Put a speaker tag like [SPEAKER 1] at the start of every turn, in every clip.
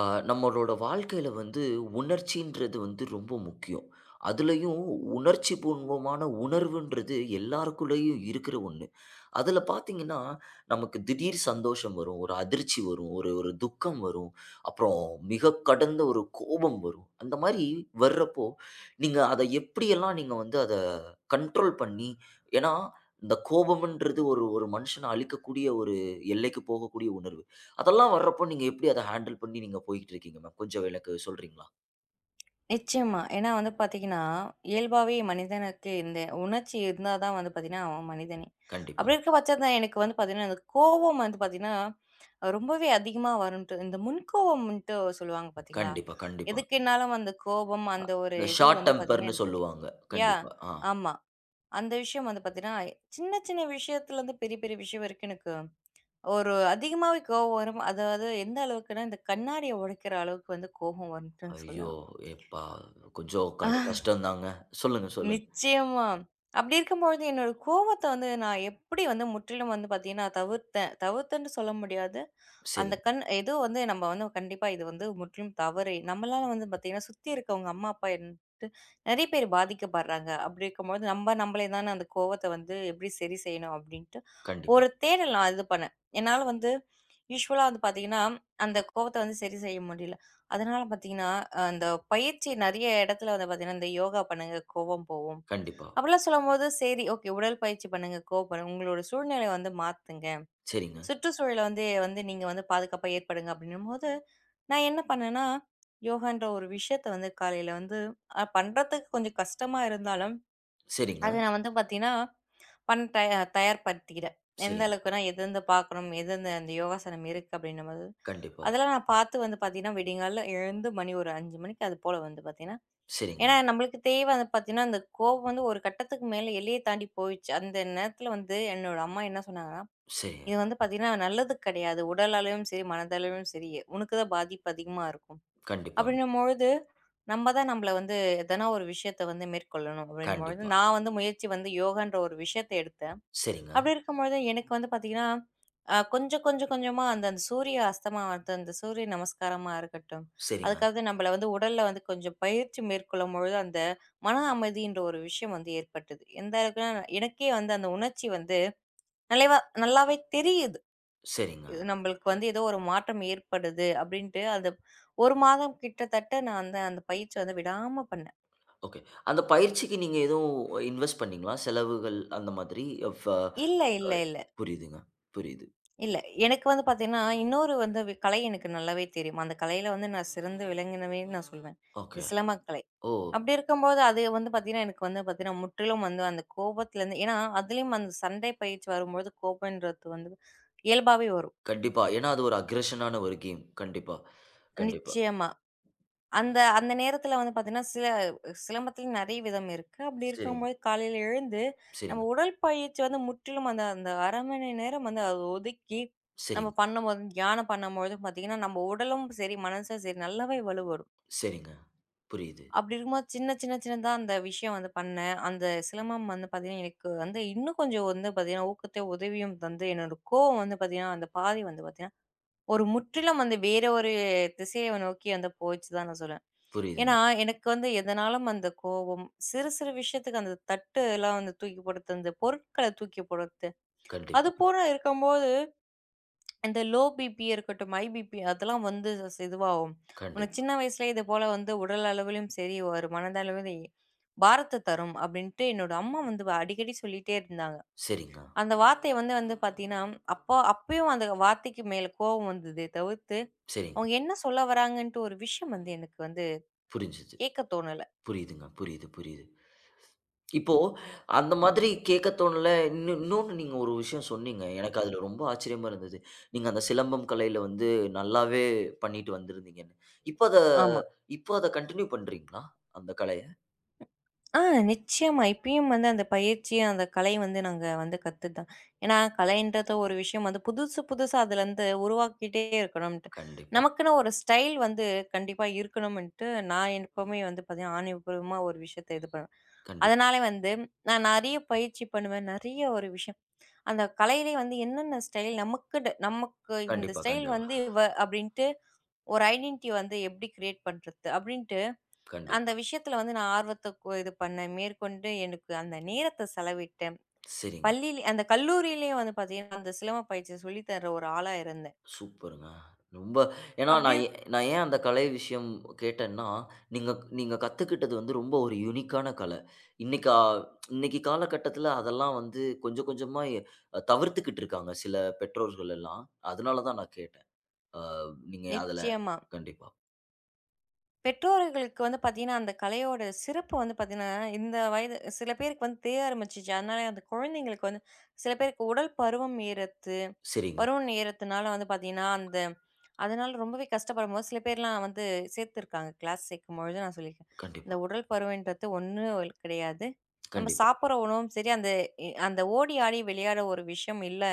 [SPEAKER 1] ஆ, நம்மளோட வாழ்க்கையில வந்து உணர்ச்சின்றது வந்து ரொம்ப முக்கியம். அதுலயும் உணர்ச்சி பூர்வமான உணர்வுன்றது எல்லாருக்குள்ளேயும் இருக்கிற ஒண்ணு. அதுல பார்த்தீங்கன்னா, நமக்கு திடீர் சந்தோஷம் வரும், ஒரு அதிர்ச்சி வரும், ஒரு ஒரு துக்கம் வரும், அப்புறம் மிக கடந்த ஒரு கோபம் வரும். அந்த மாரி வர்றப்போ, நீங்க அத எப்படியெல்லாம் நீங்க வந்து அத கண்ட்ரோல் பண்ணி ஏன்னா, இந்த கோபம்ன்றது ஒரு ஒரு மனுஷன அழிக்கக்கூடிய ஒரு எல்லைக்கு போகக்கூடிய உணர்வு. அதெல்லாம் வர்றப்போ நீங்க எப்படி அத ஹேண்டில் பண்ணி நீங்க போய்க்கிட்டு இருக்கீங்க மேம்? கொஞ்சம் எனக்கு சொல்றீங்களா?
[SPEAKER 2] நிச்சயமா. ஏன்னா வந்து பார்த்தீங்கன்னா, இயல்பாவே மனிதனுக்கு இந்த உணர்ச்சி இருந்தா தான் வந்து பார்த்தீங்கன்னா, அவன் மனிதனே.
[SPEAKER 1] கண்டிப்பா,
[SPEAKER 2] அப்படி இருக்க பட்சத்தில எனக்கு வந்து பார்த்தீங்கன்னா, இந்த கோவம் வந்து பார்த்தீங்கன்னா, ரொம்பவே அதிகமா வரும்ன்ட்டு, இந்த முன்கோவம்ன்ட்டு சொல்லுவாங்க பார்த்தீங்களா?
[SPEAKER 1] கண்டிப்பா, கண்டிப்பா.
[SPEAKER 2] எதுக்குன்னாலும் அந்த கோபம், அந்த ஒரு
[SPEAKER 1] இந்த
[SPEAKER 2] இது
[SPEAKER 1] ஷார்ட்
[SPEAKER 2] வந்து பார்த்தீங்கன்னா,
[SPEAKER 1] டெம்பர்ன்னு
[SPEAKER 2] எனக்கு
[SPEAKER 1] சொல்லுவாங்க.
[SPEAKER 2] யாஹ்!
[SPEAKER 1] கண்டிப்பா. ஆ.
[SPEAKER 2] ஆமா. அந்த விஷயம் வந்து பார்த்தீங்கன்னா, சின்ன சின்ன விஷயத்துலேருந்து பெரிய பெரிய விஷயம் வரைக்கும் எனக்கு ஒரு அதிகமாவே கோவம் வரும். அதாவது எந்த அளவுக்குன்னா, இந்த கண்ணாடிய உடைக்கிற அளவுக்கு வந்து கோபம் வரும்ன்ட்டு
[SPEAKER 1] ஐயோ!
[SPEAKER 2] சொல்லலாம்.
[SPEAKER 1] எப்பா! கொஞ்சம் கஷ்டம் தாங்க. சொல்லுங்க, சொல்லுங்க.
[SPEAKER 2] நிச்சயமா. அப்படி இருக்கும்பொழுது என்னோட கோவத்த வந்து நான் எப்படி வந்து முற்றிலும் வந்து பார்த்தீங்கன்னா, தவிர்த்தேன். தவிர்த்தேன்னு சொல்ல முடியாது. அந்த
[SPEAKER 1] சரிங்க.
[SPEAKER 2] கண் ஏதோ வந்து நம்ம வந்து கண்டிப்பா இது வந்து முற்றிலும் தவறு. நம்மளால வந்து பார்த்தீங்கன்னா, சுத்தி இருக்கவங்க அம்மா, அப்பா என்ட்டு நெறைய பேர் பாதிக்கப்படுறாங்க. அப்படி இருக்கும்போது நம்ம நம்மளே தானே அந்த கோவத்த வந்து எப்படி சரி செய்யணும் அப்படின்ட்டு
[SPEAKER 1] கண்டிப்பா,
[SPEAKER 2] ஒரு தேடல் நான் இது பண்ணேன். என்னால வந்து யூசுவலா வந்து பார்த்தீங்கன்னா, அந்த கோவத்த வந்து சரி செய்ய முடியல. அதனால பார்த்தீங்கன்னா, அந்த பயிற்சி நெறைய இடத்துல வந்து பார்த்தீங்கன்னா, இந்த யோகா பண்ணுங்க கோவம் போகும்.
[SPEAKER 1] கண்டிப்பா.
[SPEAKER 2] அப்படிலாம் சொல்லும்போது சரி ஓகே உடற்பயிற்சி பண்ணுங்க, கோவம் போகும். உங்களோட சூழ்நிலைய வந்து மாத்துங்க.
[SPEAKER 1] சரிங்க,
[SPEAKER 2] சுற்றுச்சூழல வந்து வந்து நீங்க வந்து பாதுகாப்பா ஏற்படுங்க அப்படின்னும்போது, நான் என்ன பண்ணேன்னா, யோகான்ற ஒரு விஷயத்த வந்து காலையில வந்து பண்றதுக்கு கொஞ்சம் கஷ்டமா இருந்தாலும்,
[SPEAKER 1] சரிங்க,
[SPEAKER 2] அத நான் வந்து பார்த்தீங்கன்னா பண் தயா தயார்படுத்திக்கிட்டேன். எந்த
[SPEAKER 1] சரிங்க.
[SPEAKER 2] அளவுக்குனா, எதெந்த பார்க்கணும், எதெந்த அந்த யோகாசனம் இருக்கு அப்டின்னும்போது,
[SPEAKER 1] கண்டிப்பா.
[SPEAKER 2] அதெல்லாம் நான் பார்த்து வந்து பார்த்தீங்கன்னா, விடியங்காலைல எழுந்து மணி ஒரு 5 மணிக்கு அது போல வந்து பார்த்தீங்கன்னா
[SPEAKER 1] சரிங்க,
[SPEAKER 2] ஏன்னா நம்மளுக்கு தேவை வந்து பார்த்தீங்கன்னா, அந்த கோவம் வந்து ஒரு கட்டத்துக்கு மேல எல்லைய தாண்டி போயிடுச்சு. அந்த நேரத்தில வந்து என்னோட அம்மா என்ன சொன்னாங்கன்னா,
[SPEAKER 1] சரிங்க.
[SPEAKER 2] "இது வந்து பார்த்தீங்கன்னா நல்லது கிடையாது. உடலளவிலும் சரி, மனதளவிலும் சரி, உனக்கு தான் பாதிப்பு அதிகமா இருக்கும்."
[SPEAKER 1] கண்டிப்பாங்க.
[SPEAKER 2] அப்டின்னும்பொழுது, நம்ம தான் நம்மள வந்து எதனா ஒரு விஷயத்த வந்து மேற்கொள்ளணும் அப்டின்னும்பொழுது,
[SPEAKER 1] கண்டிப்பா.
[SPEAKER 2] நான் வந்து முயற்சி வந்து யோகான்ற ஒரு விஷயத்த எடுத்தேன்.
[SPEAKER 1] சரிங்க,
[SPEAKER 2] அப்படி இருக்கும்பொழுது எனக்கு வந்து பார்த்தீங்கன்னா, கொஞ்சம் கொஞ்சம் கொஞ்சமா அந்த அந்த சூரிய அஸ்தமனம் வந்து அந்த சூரிய நமஸ்காரமா இருக்கட்டும்,
[SPEAKER 1] சரிங்க,
[SPEAKER 2] அதுக்காவது நம்மள வந்து உடல்ல வந்து கொஞ்சம் பயிற்சி மேற்கொள்ளும்பொழுது, அந்த மன அமைதின்ற ஒரு விஷயம் வந்து ஏற்பட்டது. எந்த அளவுக்குனா, எனக்கே வந்து அந்த உணர்ச்சி வந்து நலைவா நல்லாவே தெரியுது.
[SPEAKER 1] சரிங்க.
[SPEAKER 2] இது நம்மளுக்கு வந்து ஏதோ ஒரு மாற்றம் ஏற்படுது அப்படின்ட்டு, அந்த 1 மாதம் கிட்டத்தட்ட நான் வந்து அந்த பயிற்சி வந்து விடாம பண்ணேன்.
[SPEAKER 1] ஓகே. அந்த பயிற்சிக்கு நீங்க எதுவும் இன்வெஸ்ட் பண்ணீங்களா? செலவுகள் அந்த மாதிரி? ஃப
[SPEAKER 2] இல்ல,
[SPEAKER 1] அ
[SPEAKER 2] இல்ல, இல்ல.
[SPEAKER 1] புரியுதுங்க. புரியுது.
[SPEAKER 2] இல்ல. எனக்கு வந்து பார்த்தீங்கன்னா, இன்னொரு வந்து கலை எனக்கு நல்லாவே தெரியும். அந்த கலையில வந்து நான் சிறந்து விளங்கினவேன்னு நான் சொல்வேன். இந்த
[SPEAKER 1] ஓகே.
[SPEAKER 2] சிலம்பக்கலை.
[SPEAKER 1] ஓ!
[SPEAKER 2] அப்படி இருக்கும்போது, அது வந்து பார்த்தீங்கன்னா, எனக்கு வந்து பார்த்தீங்கன்னா, முற்றிலும் வந்து அந்த கோபத்துலேருந்து ஏன்னா, அதிலயும் அந்த சண்டை பயிற்சி வரும்பொழுது கோபம்ன்றது வந்து இயல்பாவே வரும்.
[SPEAKER 1] கண்டிப்பா. ஏன்னா, அது ஒரு அக்ரஷனான ஒரு கேம். கண்டிப்பா, கண்டிப்பா.
[SPEAKER 2] நிச்சயமா. அந்த அந்த நேரத்துல வந்து பார்த்தீங்கன்னா, சிலம்பத்தில் நிறைய விதம் இருக்கு. அப்படி
[SPEAKER 1] சரிங்க,
[SPEAKER 2] இருக்கும்போது காலையில எழுந்து,
[SPEAKER 1] சரிங்க,
[SPEAKER 2] நம்ம உடற்பயிற்சி வந்து முற்றிலும் அந்த அந்த ½ மணி நேரம் வந்து அத ஒதுக்கி, நம்ம
[SPEAKER 1] சரிங்க,
[SPEAKER 2] பண்ணும்போது தியானம் பண்ணும்பொழுது பார்த்தீங்கன்னா, நம்ம உடலும் சரி, மனசும் சரி நல்லாவே வலுவரும்.
[SPEAKER 1] சரிங்க. புரியுது,
[SPEAKER 2] அப்படி இருக்கும்போது சின்ன சின்ன சின்னதா அந்த விஷயம் வந்து பண்ணேன். அந்த சிலம்பம் வந்து பார்த்தீங்கன்னா, எனக்கு வந்து இன்னும் கொஞ்சம் வந்து பார்த்தீங்கன்னா, ஊக்கத்த உதவியும் தந்து, என்னோட கோவம் வந்து பார்த்தீங்கன்னா, அந்த பாதை வந்து பார்த்தீங்கன்னா, ஒரு முற்றிலும் வந்து வேற ஒரு திசைய நோக்கி வந்து போச்சுதான் நான் சொல்லுவேன். ஏன்னா,
[SPEAKER 1] புரியுதுங்க.
[SPEAKER 2] எனக்கு வந்து எதனாலும் அந்த கோவம், சிறு சிறு விஷயத்துக்கு அந்த தட்டு எல்லாம் வந்து தூக்கி போடுறது, அந்த பொருட்கள தூக்கி போடுறது, அது
[SPEAKER 1] கண்டிப்பா,
[SPEAKER 2] போல இருக்கும்போது, இந்த லோ பிபி இருக்கட்டும், ஹை பிபி அதெல்லாம் வந்து இதுவாகும். உனக்கு
[SPEAKER 1] கண்டிப்பா.
[SPEAKER 2] சின்ன வயசுலயே இது போல வந்து உடல் அளவிலும் சரி, ஒரு மனதளவிலும் பாரத்த தரும் அப்படின்ட்டு என்னோட அம்மா வந்து அடிக்கடி சொல்லிட்டே இருந்தாங்க.
[SPEAKER 1] சரிங்க,
[SPEAKER 2] அந்த வார்த்தை வந்து வந்து பார்த்தீங்கன்னா, அப்போ அப்பயும் அந்த வார்த்தைக்கு மேல கோவம் வந்ததே தவிர்த்து,
[SPEAKER 1] சரிங்க.
[SPEAKER 2] அவங்க என்ன சொல்ல வராங்கன்ட்டு ஒரு விஷயம் வந்து எனக்கு வந்து
[SPEAKER 1] புரிஞ்சுது.
[SPEAKER 2] கேட்க தோணல.
[SPEAKER 1] புரியுதுங்க. புரியுது, புரியுது. இப்போ அந்த மாதிரி கேட்க தோணல. இன்னொன்னு நீங்க ஒரு விஷயம் சொன்னீங்க. எனக்கு அதுல ரொம்ப ஆச்சரியமா இருந்தது. நீங்க அந்த சிலம்பம் கலையில வந்து நல்லாவே பண்ணிட்டு வந்திருந்தீங்கன்னு. இப்ப அத
[SPEAKER 2] ஆமா.
[SPEAKER 1] இப்ப அத கன்டின்யூ பண்றீங்களா? அந்த கலைய?
[SPEAKER 2] ஆ நிச்சயமா. இப்பயும் வந்து அந்த பயிற்சி, அந்த கலை வந்து நாங்க வந்து கத்துதான். ஏன்னா கலைன்றது ஒரு விஷயம் வந்து புதுசு புதுசா அதுலருந்து உருவாக்கிட்டே இருக்கணும்ன்ட்டு.
[SPEAKER 1] கண்டிப்பா,
[SPEAKER 2] நமக்குன்னு ஒரு ஸ்டைல் வந்து கண்டிப்பா இருக்கணும்ன்ட்டு நான் எப்பவுமே வந்து பார்த்தீங்கன்னா, ஆணிபூர்வமா ஒரு விஷயத்த இது பண்ணுவேன்.
[SPEAKER 1] கண்டிப்பா,
[SPEAKER 2] அதனால வந்து நான் நெறைய பயிற்சி பண்ணுவேன். நெறைய ஒரு விஷயம். அந்த கலையிலே வந்து என்னென்ன ஸ்டைல் நமக்குன்னு நமக்கு இந்த
[SPEAKER 1] கண்டிப்பா,
[SPEAKER 2] ஸ்டைல்
[SPEAKER 1] கண்டிப்பா,
[SPEAKER 2] வந்து இவ அப்டின்ட்டு ஒரு ஐடென்டிட்டி வந்து எப்படி கிரியேட் பண்றது? அப்டின்ட்டு அந்த
[SPEAKER 1] கண்டிப்பா.
[SPEAKER 2] விஷயத்துல வந்து நான் ஆர்வத்த இது பண்ணேன். மேற்கொண்டு எனக்கு அந்த நேரத்த செலவிட்டேன்.
[SPEAKER 1] சரிங்க.
[SPEAKER 2] பள்ளியில அந்த கல்லூரியிலயும் வந்து பார்த்தீங்கன்னா, அந்த சிலம்ப பயிற்சிய சொல்லி தர்ற ஒரு ஆளா இருந்தேன்.
[SPEAKER 1] சூப்பருங்க. ரொம்ப ஏன்னா
[SPEAKER 2] அப்படி
[SPEAKER 1] நான் ஏ
[SPEAKER 2] இருக்
[SPEAKER 1] நான் ஏன் அந்த கலை விஷயம் கேட்டேன்னா, நீங்க நீங்க கத்துக்கிட்டது வந்து ரொம்ப ஒரு யூனிக்கான கலை. இன்னைக்கு அ இன்னைக்கு காலகட்டத்தில அதெல்லாம் வந்து கொஞ்சம் கொஞ்சமா தவிர்த்துக்கிட்டு இருக்காங்க சில பெற்றோர்கள் எல்லாம். அதனால தான் நான் கேட்டேன். அ நீங்க அதில
[SPEAKER 2] நிச்சயமா.
[SPEAKER 1] கண்டிப்பா.
[SPEAKER 2] பெற்றோர்களுக்கு வந்து பார்த்தீங்கன்னா, அந்த கலையோட சிறப்பு வந்து பார்த்தீங்கன்னா, இந்த வயது சில பேருக்கு வந்து தெரிய ஆரம்பிச்சுச்சு. அதனால அந்த குழந்தைங்களுக்கு வந்து சில பேருக்கு உடல் பருவம்
[SPEAKER 1] சரிங்க.
[SPEAKER 2] பருவம் ஏறத்துனால வந்து பார்த்தீங்கன்னா, அந்த அதனால ரொம்பவே கஷ்டப்படும்போது சில பேர்லாம் வந்து சேர்த்துருக்காங்க. கிளாஸ் சேர்க்கும்பொழுது நான் சொல்லியிருக்கேன். இந்த
[SPEAKER 1] கண்டிப்பா,
[SPEAKER 2] உடல் பருமன்றது ஒண்ணும் கிடையாது. நம்ம
[SPEAKER 1] கண்டிப்பா.
[SPEAKER 2] சாப்பிடுற உணவும் சரி, அந்த அந்த ஓடி ஆடி விளையாட ஒரு விஷயம் இல்ல.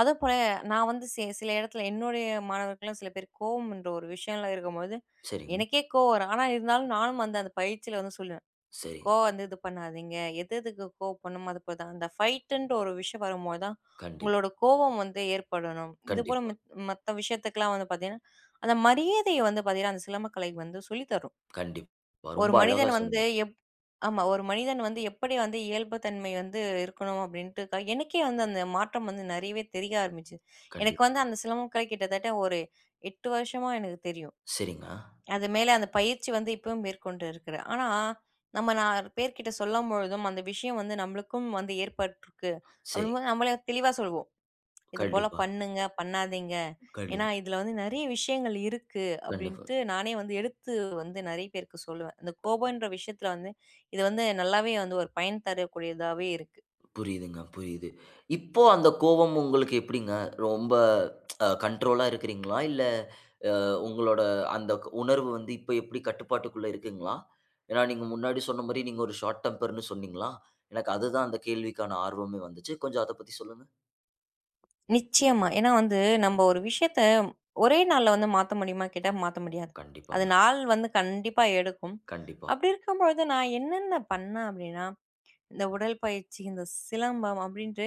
[SPEAKER 2] அதுவும் போல நான் வந்து சில இடத்துல என்னுடைய மாணவர்கள்லாம் சில பேர் கோவம்ன்ற ஒரு விஷயம்லாம் இருக்கும்போது,
[SPEAKER 1] சரிங்க,
[SPEAKER 2] எனக்கே கோவம் வரும். ஆனா இருந்தாலும் நானும் வந்து அந்த பயிற்சியில வந்து
[SPEAKER 1] சரிங்க.
[SPEAKER 2] கோவம் வந்து இது பண்ணாதீங்க. எது எதுக்கு கோவம் பண்ணணுமோ அது போல தான். அந்த ஃபைட்டுன்ற ஒரு விஷயம் வரும்போது தான்,
[SPEAKER 1] கண்டிப்
[SPEAKER 2] உங்களோட கோவம் வந்து ஏற்படணும். இதுபோல
[SPEAKER 1] கண்டிப்பா,
[SPEAKER 2] மத்த விஷயத்துக்கெல்லாம் வந்து பார்த்தீங்கன்னா, அந்த மரியாதைய வந்து பார்த்தீங்கன்னா, அந்த சிலம்பக்கலை வந்து சொல்லி தரும்.
[SPEAKER 1] கண்டிப்பா. ரொம்ப
[SPEAKER 2] ஒரு
[SPEAKER 1] அழகா
[SPEAKER 2] மனிதன் வந்து
[SPEAKER 1] சொன்னீங்க.
[SPEAKER 2] எப் ஆமா. ஒரு மனிதன் வந்து எப்படி வந்து இயல்புத்தன்மை வந்து இருக்கணும் அப்படின்ட்டு எனக்கே வந்து அந்த மாற்றம் வந்து நெறையவே தெரிய ஆரம்பிச்சுது. எனக்கு
[SPEAKER 1] கண்டிப்பா.
[SPEAKER 2] வந்து அந்த சிலம்பம் கலை கிட்டத்தட்ட ஒரு 8 வருஷமா எனக்கு தெரியும்.
[SPEAKER 1] சரிங்க.
[SPEAKER 2] அது மேல அந்த பயிற்சி வந்து இப்பவும் மேற்கொண்டு இருக்கிறேன். ஆனா, நம்ம 4 பேர்கிட்ட சொல்லும்பொழுதும், அந்த விஷயம் வந்து நம்மளுக்கும் வந்து ஏற்பட்டுருக்கு.
[SPEAKER 1] சரி.
[SPEAKER 2] அப்படிங்கும்போது நம்மளே தெளிவா சொல்வோம். "இது போல
[SPEAKER 1] கண்டிப்பா,
[SPEAKER 2] பண்ணுங்க, பண்ணாதீங்க. ஏன்னா,
[SPEAKER 1] கண்டிப்
[SPEAKER 2] இதுல வந்து நெறைய விஷயங்கள் இருக்கு."
[SPEAKER 1] கண்டிப்பா.
[SPEAKER 2] அப்படின்ட்டு நானே வந்து எடுத்து வந்து நெறைய பேருக்கு சொல்லுவேன். இந்த கோபம்ன்ற விஷயத்துல வந்து, இது வந்து நல்லாவே வந்து ஒரு பயன் தரக்கூடியதாவே இருக்கு.
[SPEAKER 1] புரியுதுங்க, புரியுது. இப்போ அந்த கோவம் உங்களுக்கு எப்படிங்க? ரொம்ப கண்ட்ரோலா இருக்கிறீங்களா? இல்ல உங்களோட அந்த உணர்வு வந்து இப்ப எப்படி கட்டுப்பாட்டுக்குள்ள இருக்குங்களா? ஏன்னா நீங்க முன்னாடி சொன்ன மாரி நீங்க ஒரு ஷார்ட் டெம்பர்ன்னு சொன்னீங்களா? எனக்கு அதுதான் அந்த கேள்விக்கான ஆர்வமே வந்துச்சு. கொஞ்சம் அத பத்தி சொல்லுங்க.
[SPEAKER 2] நிச்சயமா. ஏன்னா வந்து நம்ம ஒரு விஷயத்த ஒரே நாள்ல வந்து மாத்த முடியுமா கேட்டா மாத்த முடியாது. அது
[SPEAKER 1] கண்டிப்பாங்க.
[SPEAKER 2] நாள் வந்து கண்டிப்பா எடுக்கும்.
[SPEAKER 1] கண்டிப்பா,
[SPEAKER 2] அப்படி இருக்கும்பொழுது நான் என்னென்ன பண்ணேன் அப்படின்னா, இந்த உடற்பயிற்சி, இந்த சிலம்பம் அப்படின்ட்டு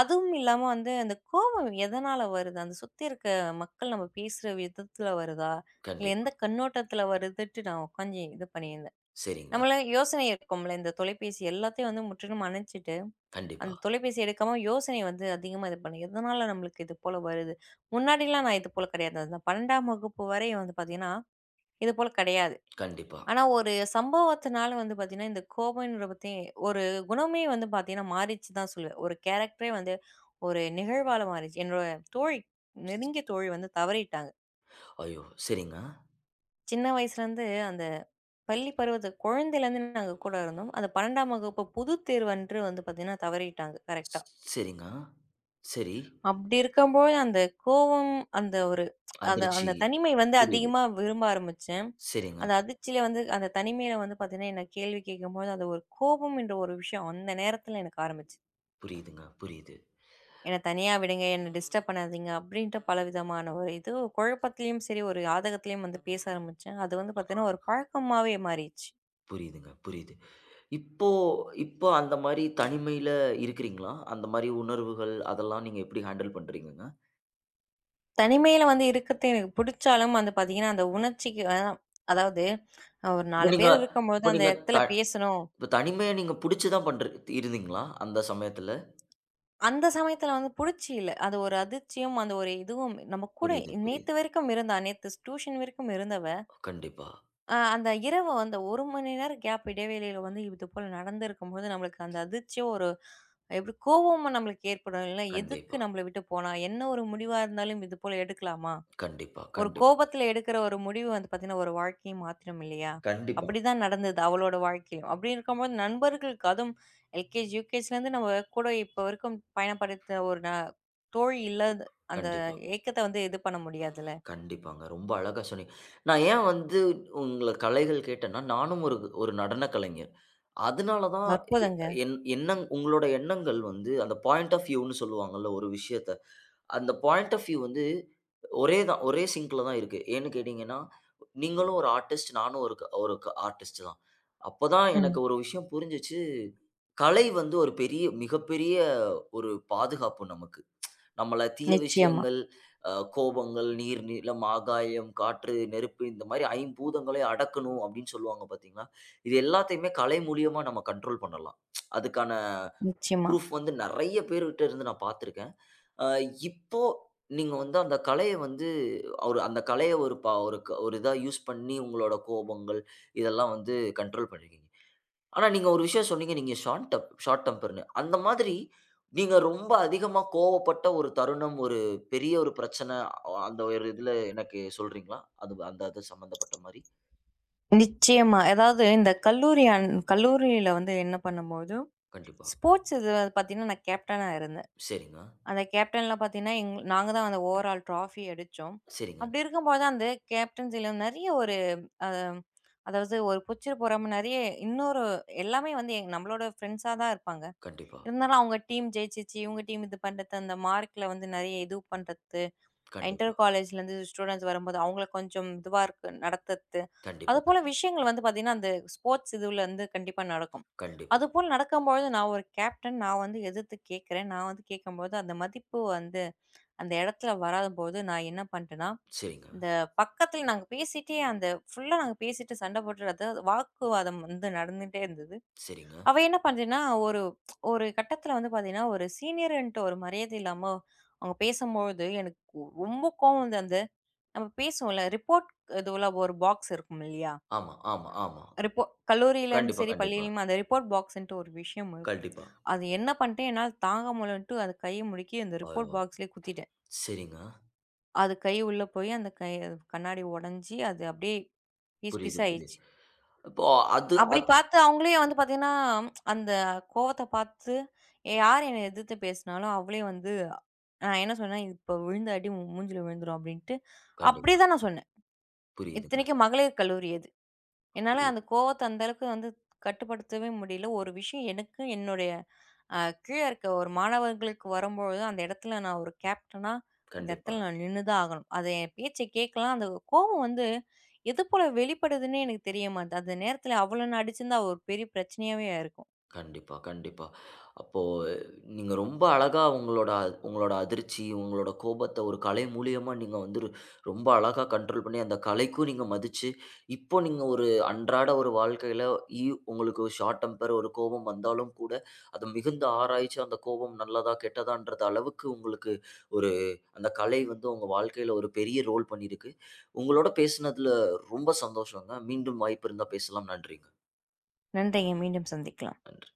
[SPEAKER 2] அதுவும் இல்லாம வந்து அந்த கோபம் எதனால வருது? அந்த சுத்தி இருக்க மக்கள் நம்ம பேசுற விதத்துல வருதா? இல்ல
[SPEAKER 1] கண்டிப்பா.
[SPEAKER 2] எந்த கண்ணோட்டத்துல வருதுன்ட்டு நான் உட்காந்து இது பண்ணியிருந்தேன்.
[SPEAKER 1] சரிங்க.
[SPEAKER 2] நம்மள யோசனை இருக்கும்ல இந்த தொலைபேசி எல்லாத்தையும் வந்து முற்றிலும் அணைச்சிட்டு
[SPEAKER 1] கண்டிப்பா,
[SPEAKER 2] அந்த தொலைபேசி எடுக்காம யோசனை வந்து அதிகமா இது பண்ணு. எதனால நம்மளுக்கு இது போல வருது? முன்னாடிலாம் நான் இது போல கிடையாது. அந்த 12ஆம் வகுப்பு வரை வந்து பார்த்தீங்கன்னா, இது போல கிடையாது.
[SPEAKER 1] கண்டிப்பா.
[SPEAKER 2] ஆனா ஒரு சம்பவத்தினால வந்து பார்த்தீங்கன்னா, இந்த கோபம்ன்ற பத்தி ஒரு குணமே வந்து பார்த்தீங்கன்னா மாறிச்சு தான் சொல்லுவேன். ஒரு கேரக்டரே வந்து ஒரு நிகழ்வால மாறிச்சு. என்னோட தோழி, நெருங்கிய தோழி வந்து தவறிட்டாங்க.
[SPEAKER 1] ஐயோ! சரிங்க.
[SPEAKER 2] சின்ன வயசுலேருந்து அந்த பள்ளி பருவத்து குழந்தையிலேருந்து நாங்க கூட இருந்தோம். அந்த 12ஆம் வகுப்பு பொதுத் தேர்வன்று வந்து பார்த்தீங்கன்னா தவறிட்டாங்க கரெக்ட்டா.
[SPEAKER 1] ஸ்- சரிங்க. சரி.
[SPEAKER 2] அப்படி இருக்கம்போது, அந்த கோவம், அந்த ஒரு அது
[SPEAKER 1] அதிர்ச்சி.
[SPEAKER 2] அந்த தனிமை வந்து
[SPEAKER 1] புரியுது.
[SPEAKER 2] அதிகமா விரும்ப ஆரம்பிச்சேன்.
[SPEAKER 1] சரிங்க.
[SPEAKER 2] அந்த அதிர்ச்சியில வந்து அந்த தனிமையில வந்து பார்த்தீங்கன்னா, என்ன கேள்வி கேட்கும்போது, அந்த ஒரு கோபம் என்ற ஒரு விஷயம் அந்த நேரத்தில எனக்கு ஆரம்பிச்சுது.
[SPEAKER 1] புரியுதுங்க. புரியுது.
[SPEAKER 2] "என்ன தனியா விடுங்க, என்ன டிஸ்டர்ப் பண்ணாதீங்க" அப்படின்ட்டு பலவிதமான ஒரு இது குழப்பத்திலயும் சரி, ஒரு யாதகத்திலயும் வந்து பேச ஆரம்பிச்சேன். அது வந்து பார்த்தீங்கன்னா, ஒரு பழக்கமாவே மாறிடுச்சு.
[SPEAKER 1] புரியுதுங்க. புரியுது. இப்போ இப்போ அந்த மாரி தனிமையில இருக்கிறீங்களா? அந்த மாரி உணர்வுகள் அதெல்லாம் நீங்க எப்படி ஹேண்டில் பண்றீங்கங்க?
[SPEAKER 2] தனிமையில வந்து இருக்கறது எனக்கு பிடிச்சாலும் வந்து பார்த்தீங்கன்னா, அந்த உணர்ச்சிக்கு அதாவது ஒரு
[SPEAKER 1] இப்ப
[SPEAKER 2] 4
[SPEAKER 1] நீங்க
[SPEAKER 2] பேர் இருக்கும்போது
[SPEAKER 1] இப்ப
[SPEAKER 2] அந்த
[SPEAKER 1] நீங்க த
[SPEAKER 2] இடத்துல பேசணும்
[SPEAKER 1] இப்ப தனிமைய நீங்க புடிச்சு தான் பண்ற இருந்தீங்களா? அந்த சமயத்துல?
[SPEAKER 2] அந்த சமயத்துல வந்து புடிச்சு இல்ல. அது ஒரு அதிர்ச்சியும், அந்த ஒரு இதுவும் நம்ம கூட
[SPEAKER 1] புரியுது, புரியுது.
[SPEAKER 2] நேத்து வரைக்கும் இருந்தா. நேத்து டியூஷன் வரைக்கும் இருந்தவ.
[SPEAKER 1] கண்டிப்பா,
[SPEAKER 2] அந்த இரவு அந்த 1 மணி நேரம் கேப் இடைவேளையில வந்து இது போல நடந்திருக்கும்போது, நம்மளுக்கு அந்த அதிர்ச்சியும் ஒரு எப்படி கோவமும் நம்மளுக்கு ஏற்படும். இல்ல எதுக்கு
[SPEAKER 1] கண்டிப்பா,
[SPEAKER 2] நம்மள விட்டு போனா? என்ன ஒரு முடிவா இருந்தாலும் இது போல எடுக்கலாமா?
[SPEAKER 1] கண்டிப்பா,
[SPEAKER 2] ஒரு
[SPEAKER 1] கண்டிப்
[SPEAKER 2] கோபத்துல எடுக்கிற ஒரு முடிவு வந்து பார்த்தீங்கன்னா, ஒரு வாழ்க்கைய மாத்திரும் இல்லையா?
[SPEAKER 1] கண்டிப்பா,
[SPEAKER 2] அப்படிதான் நடந்தது அவளோட வாழ்க்கையும். அப்படி இருக்கும்போது நண்பர்களுக்கு அதுவும் எல்கேஜி, யுகேஜிலேருந்து நம்ம கூட இப்போ வரைக்கும் பயணப்படுத்த ஒரு ந தோழி இல்லாத அந்த
[SPEAKER 1] கண்டிப்பா,
[SPEAKER 2] ஏக்கத்த வந்து இது பண்ண முடியாதுல்ல.
[SPEAKER 1] கண்டிப்பாங்க. ரொம்ப அழகா சொன்னீங்க. நான் ஏன் வந்து உங்கள கலைகள் கேட்டேன்னா, நானும் ஒரு ஒரு நடன கலைஞர். அதனால தான் எ
[SPEAKER 2] அற்புதங்க.
[SPEAKER 1] என் எண்ணங் உங்களோட எண்ணங்கள் வந்து அந்த பாயிண்ட் ஆஃப் வியூன்னு சொல்லுவாங்கல்ல ஒரு விஷயத்த. அந்த பாயிண்ட் ஆஃப் வியூ வந்து ஒரே சிங்க்ல தான் இருக்கு. ஏன்னு கேட்டீங்கன்னா, நீங்களும் ஒரு ஆர்டிஸ்ட், நானும் ஒரு ஆர்டிஸ்ட் தான். அப்பதான் எனக்கு
[SPEAKER 2] ம்.
[SPEAKER 1] ஒரு விஷயம் புரிஞ்சுச்சு. கலை வந்து ஒரு மிகப்பெரிய ஒரு பாதுகாப்பு நமக்கு. நம்மள தீய
[SPEAKER 2] நிச்சயமா,
[SPEAKER 1] விஷயங்கள், கோபங்கள், நீர், நிலம், ஆகாயம், காற்று, நெருப்பு இந்த மாரி ஐம்பூதங்களை அடக்கணும் அப்படின்னு சொல்லுவாங்க பார்த்தீங்களா? இது எல்லாத்தையுமே கலை மூலியமா நம்ம கண்ட்ரோல் பண்ணலாம். அதுக்கான
[SPEAKER 2] நிச்சயமா,
[SPEAKER 1] ப்ரூஃப் வந்து நெறைய பேர்கிட்ட இருந்து நான் பார்த்துருக்கேன். அ இப்போ நீங்க வந்து அந்த கலைய வந்து ஒரு அந்த கலைய ஒரு ப ஒரு க ஒரு இதா யூஸ் பண்ணி உங்களோட கோபங்கள் இதெல்லாம் வந்து கண்ட்ரோல் பண்ணியிருக்கீங்க. ஆனா, நீங்க ஒரு விஷயம் சொன்னீங்க. நீங்க ஷார்ட் டெம்பர்ன்னு. அந்த மாதிரி நீங்க ரொம்ப அதிகமா கோவப்பட்ட ஒரு தருணம், ஒரு பெரிய ஒரு பிரச்சனை, அந்த ஒரு இதுல எனக்கு சொல்றீங்களா? அது அந்த அது சம்மந்தப்பட்ட மாரி.
[SPEAKER 2] நிச்சயமா. அதாவது இந்த கல்லூரியில வந்து என்ன பண்ணும்போது,
[SPEAKER 1] கண்டிப்பா.
[SPEAKER 2] ஸ்போர்ட்ஸ் இது பார்த்தீங்கன்னா நான் கேப்டனா இருந்தேன்.
[SPEAKER 1] சரிங்க,
[SPEAKER 2] அந்த கேப்டன்லாம் பார்த்தீங்கன்னா, நாங்க தான் அந்த ஓவரால் ட்ராஃபி அடிச்சோம்.
[SPEAKER 1] சரிங்க.
[SPEAKER 2] அப்படி இருக்கும்போது அந்த கேப்டன்சில நெறைய ஒரு அதாவது ஒரு புடிச்சிட்டு போறாம நெறைய இன்னொரு எல்லாமே வந்து நம்மளோட ஃப்ரெண்ட்ஸா தான் இருப்பாங்க.
[SPEAKER 1] கண்டிப்பா,
[SPEAKER 2] இருந்தாலும் அவங்க டீம் ஜெயிச்சுச்சு, இவங்க டீம் இது பண்றது, அந்த மார்க்ல வந்து நெறைய இது பண்றது, இன்டர்
[SPEAKER 1] கண்டிப்பா,
[SPEAKER 2] காலேஜ்லேருந்து ஸ்டூடண்ட்ஸ் வரும்போது அவங்கள கொஞ்சம் இதுவா இருக்கு நடத்துறது.
[SPEAKER 1] கண்டிப்பா, க
[SPEAKER 2] அதுபோல விஷயங்கள் வந்து பார்த்தீங்கன்னா, அந்த ஸ்போர்ட்ஸ் இதுலருந்து கண்டிப்பா நடக்கும்.
[SPEAKER 1] கண்டிப்பா.
[SPEAKER 2] அதுபோல நடக்கும்பொழுது நான் ஒரு கேப்டன் நான் வந்து எதிர்த்து கேட்கிறேன். நான் வந்து கேட்கும்போது அந்த மதிப்பு வந்து அந்த இடத்துல வராதபோது நான் என்ன பண்ணிட்டேன்னா,
[SPEAKER 1] சரிங்க,
[SPEAKER 2] இந்த பக்கத்துல நாங்க பேசிட்டே அந்த ஃபுல்லா நாங்க பேசிட்டு சண்டை போட்டு அதாவது வாக்குவாதம் வந்து நடந்துட்டே இருந்தது.
[SPEAKER 1] சரிங்க.
[SPEAKER 2] அவ என்ன பண்ணுறேன்னா, ஒரு ஒரு கட்டத்துல வந்து பார்த்தீங்கன்னா, ஒரு சீனியர்ன்ட்டு ஒரு மரியாதை இல்லாம அவங்க பேசும்பொழுது எனக்கு ரொம்ப கோவம் வந்து அந்த நம்ம பேசுவோம்ல ரிப்போர்ட் இதுல ஒரு பாக்ஸ் இருக்கும் இல்லையா?
[SPEAKER 1] ஆமா, ஆமா, ஆமா.
[SPEAKER 2] ரிப்போ கல்லூரியிலும்
[SPEAKER 1] கண்டிப்பா,
[SPEAKER 2] சரி,
[SPEAKER 1] கண்டிப்பா,
[SPEAKER 2] பள்ளியிலும் அந்த ரிப்போர்ட் பாக்ஸ்ன்ட்டு ஒரு விஷயம் இருக்கும்.
[SPEAKER 1] கண்டிப்பா.
[SPEAKER 2] அது என்ன பண்ணிட்டேன் என்னால தாங்க முடியலன்ட்டு அது கைய முடுக்கி அந்த
[SPEAKER 1] அ
[SPEAKER 2] ரிப்போர்ட் பாக்ஸ்லயே குத்திட்டேன்.
[SPEAKER 1] சரிங்க.
[SPEAKER 2] அது கை உள்ள போய் அந்த கை கண்ணாடி உடைஞ்சு அது அப்படியே பீஸ்
[SPEAKER 1] புரியுது,
[SPEAKER 2] பீஸா
[SPEAKER 1] புரியுது.
[SPEAKER 2] ஆயிடுச்சு.
[SPEAKER 1] இப்போ அது
[SPEAKER 2] அப்படி
[SPEAKER 1] அத்
[SPEAKER 2] பார்த்து அவங்களே வந்து பார்த்தீங்கன்னா, அந்த கோவத்த பார்த்து யார் என்ன எதிர்த்து பேசினாலும் அவளே வந்து நான் என்ன சொன்னேன், "இப்போ விழுந்த அடி உன் மூஞ்சில விழுந்துரும்" அப்படின்ட்டு. அப்படி
[SPEAKER 1] கண்டிப்பா.
[SPEAKER 2] தான் நான் சொன்னேன்.
[SPEAKER 1] புரியுதுங்க,
[SPEAKER 2] இத்தனைக்கும் மகளிர் கல்லூரி அது. என்னால அந்த
[SPEAKER 1] புரியுது.
[SPEAKER 2] கோவத்த அந்த அளவுக்கு வந்து கட்டுப்படுத்தவே முடியல. ஒரு விஷயம் எனக்கு என்னுடைய அ கீழ இருக்க ஒரு மாணவர்களுக்கு வரும்பொழுது, அந்த இடத்துல நான் ஒரு கேப்டனா, அந்த
[SPEAKER 1] கண்டிப்பா,
[SPEAKER 2] இடத்துல நான் நின்னு தான் ஆகணும். அது என் பேச்ச கேட்கலாம். அந்த கோவம் வந்து எது போல வெளிப்படுதுன்னே எனக்கு தெரிய மாட்டுது. அந்த நேரத்துல அவள நான் அடிச்சிருந்தா ஒரு பெரிய பிரச்சனையாவே ஆயிருக்கும்.
[SPEAKER 1] கண்டிப்பா, கண்டிப்பா. அப்போ நீங்க ரொம்ப அழகா உங்களோட உங்களோட அதிர்ச்சி, உங்களோட கோபத்த ஒரு கலை மூலியமா நீங்க வந்து ரொம்ப அழகா கண்ட்ரோல் பண்ணி, அந்த கலைக்கும் நீங்க மதிச்சு, இப்போ நீங்க ஒரு அன்றாட ஒரு வாழ்க்கையில இ உங்களுக்கு ஒரு ஷார்ட் டெம்பர், ஒரு கோபம் வந்தாலும் கூட, அத மிகுந்து ஆராய்ச்சு அந்த கோபம் நல்லதா, கெட்டதான்றது அளவுக்கு உங்களுக்கு ஒரு அந்த கலை வந்து உங்க வாழ்க்கையில ஒரு பெரிய ரோல் பண்ணியிருக்கு. உங்களோட பேசினதுல ரொம்ப சந்தோஷங்க. மீண்டும் வாய்ப்பு இருந்தா பேசலாம். நன்றிங்க.
[SPEAKER 2] நன்றிங்க. மீண்டும் சந்திக்கலாம்.
[SPEAKER 1] நன்றி.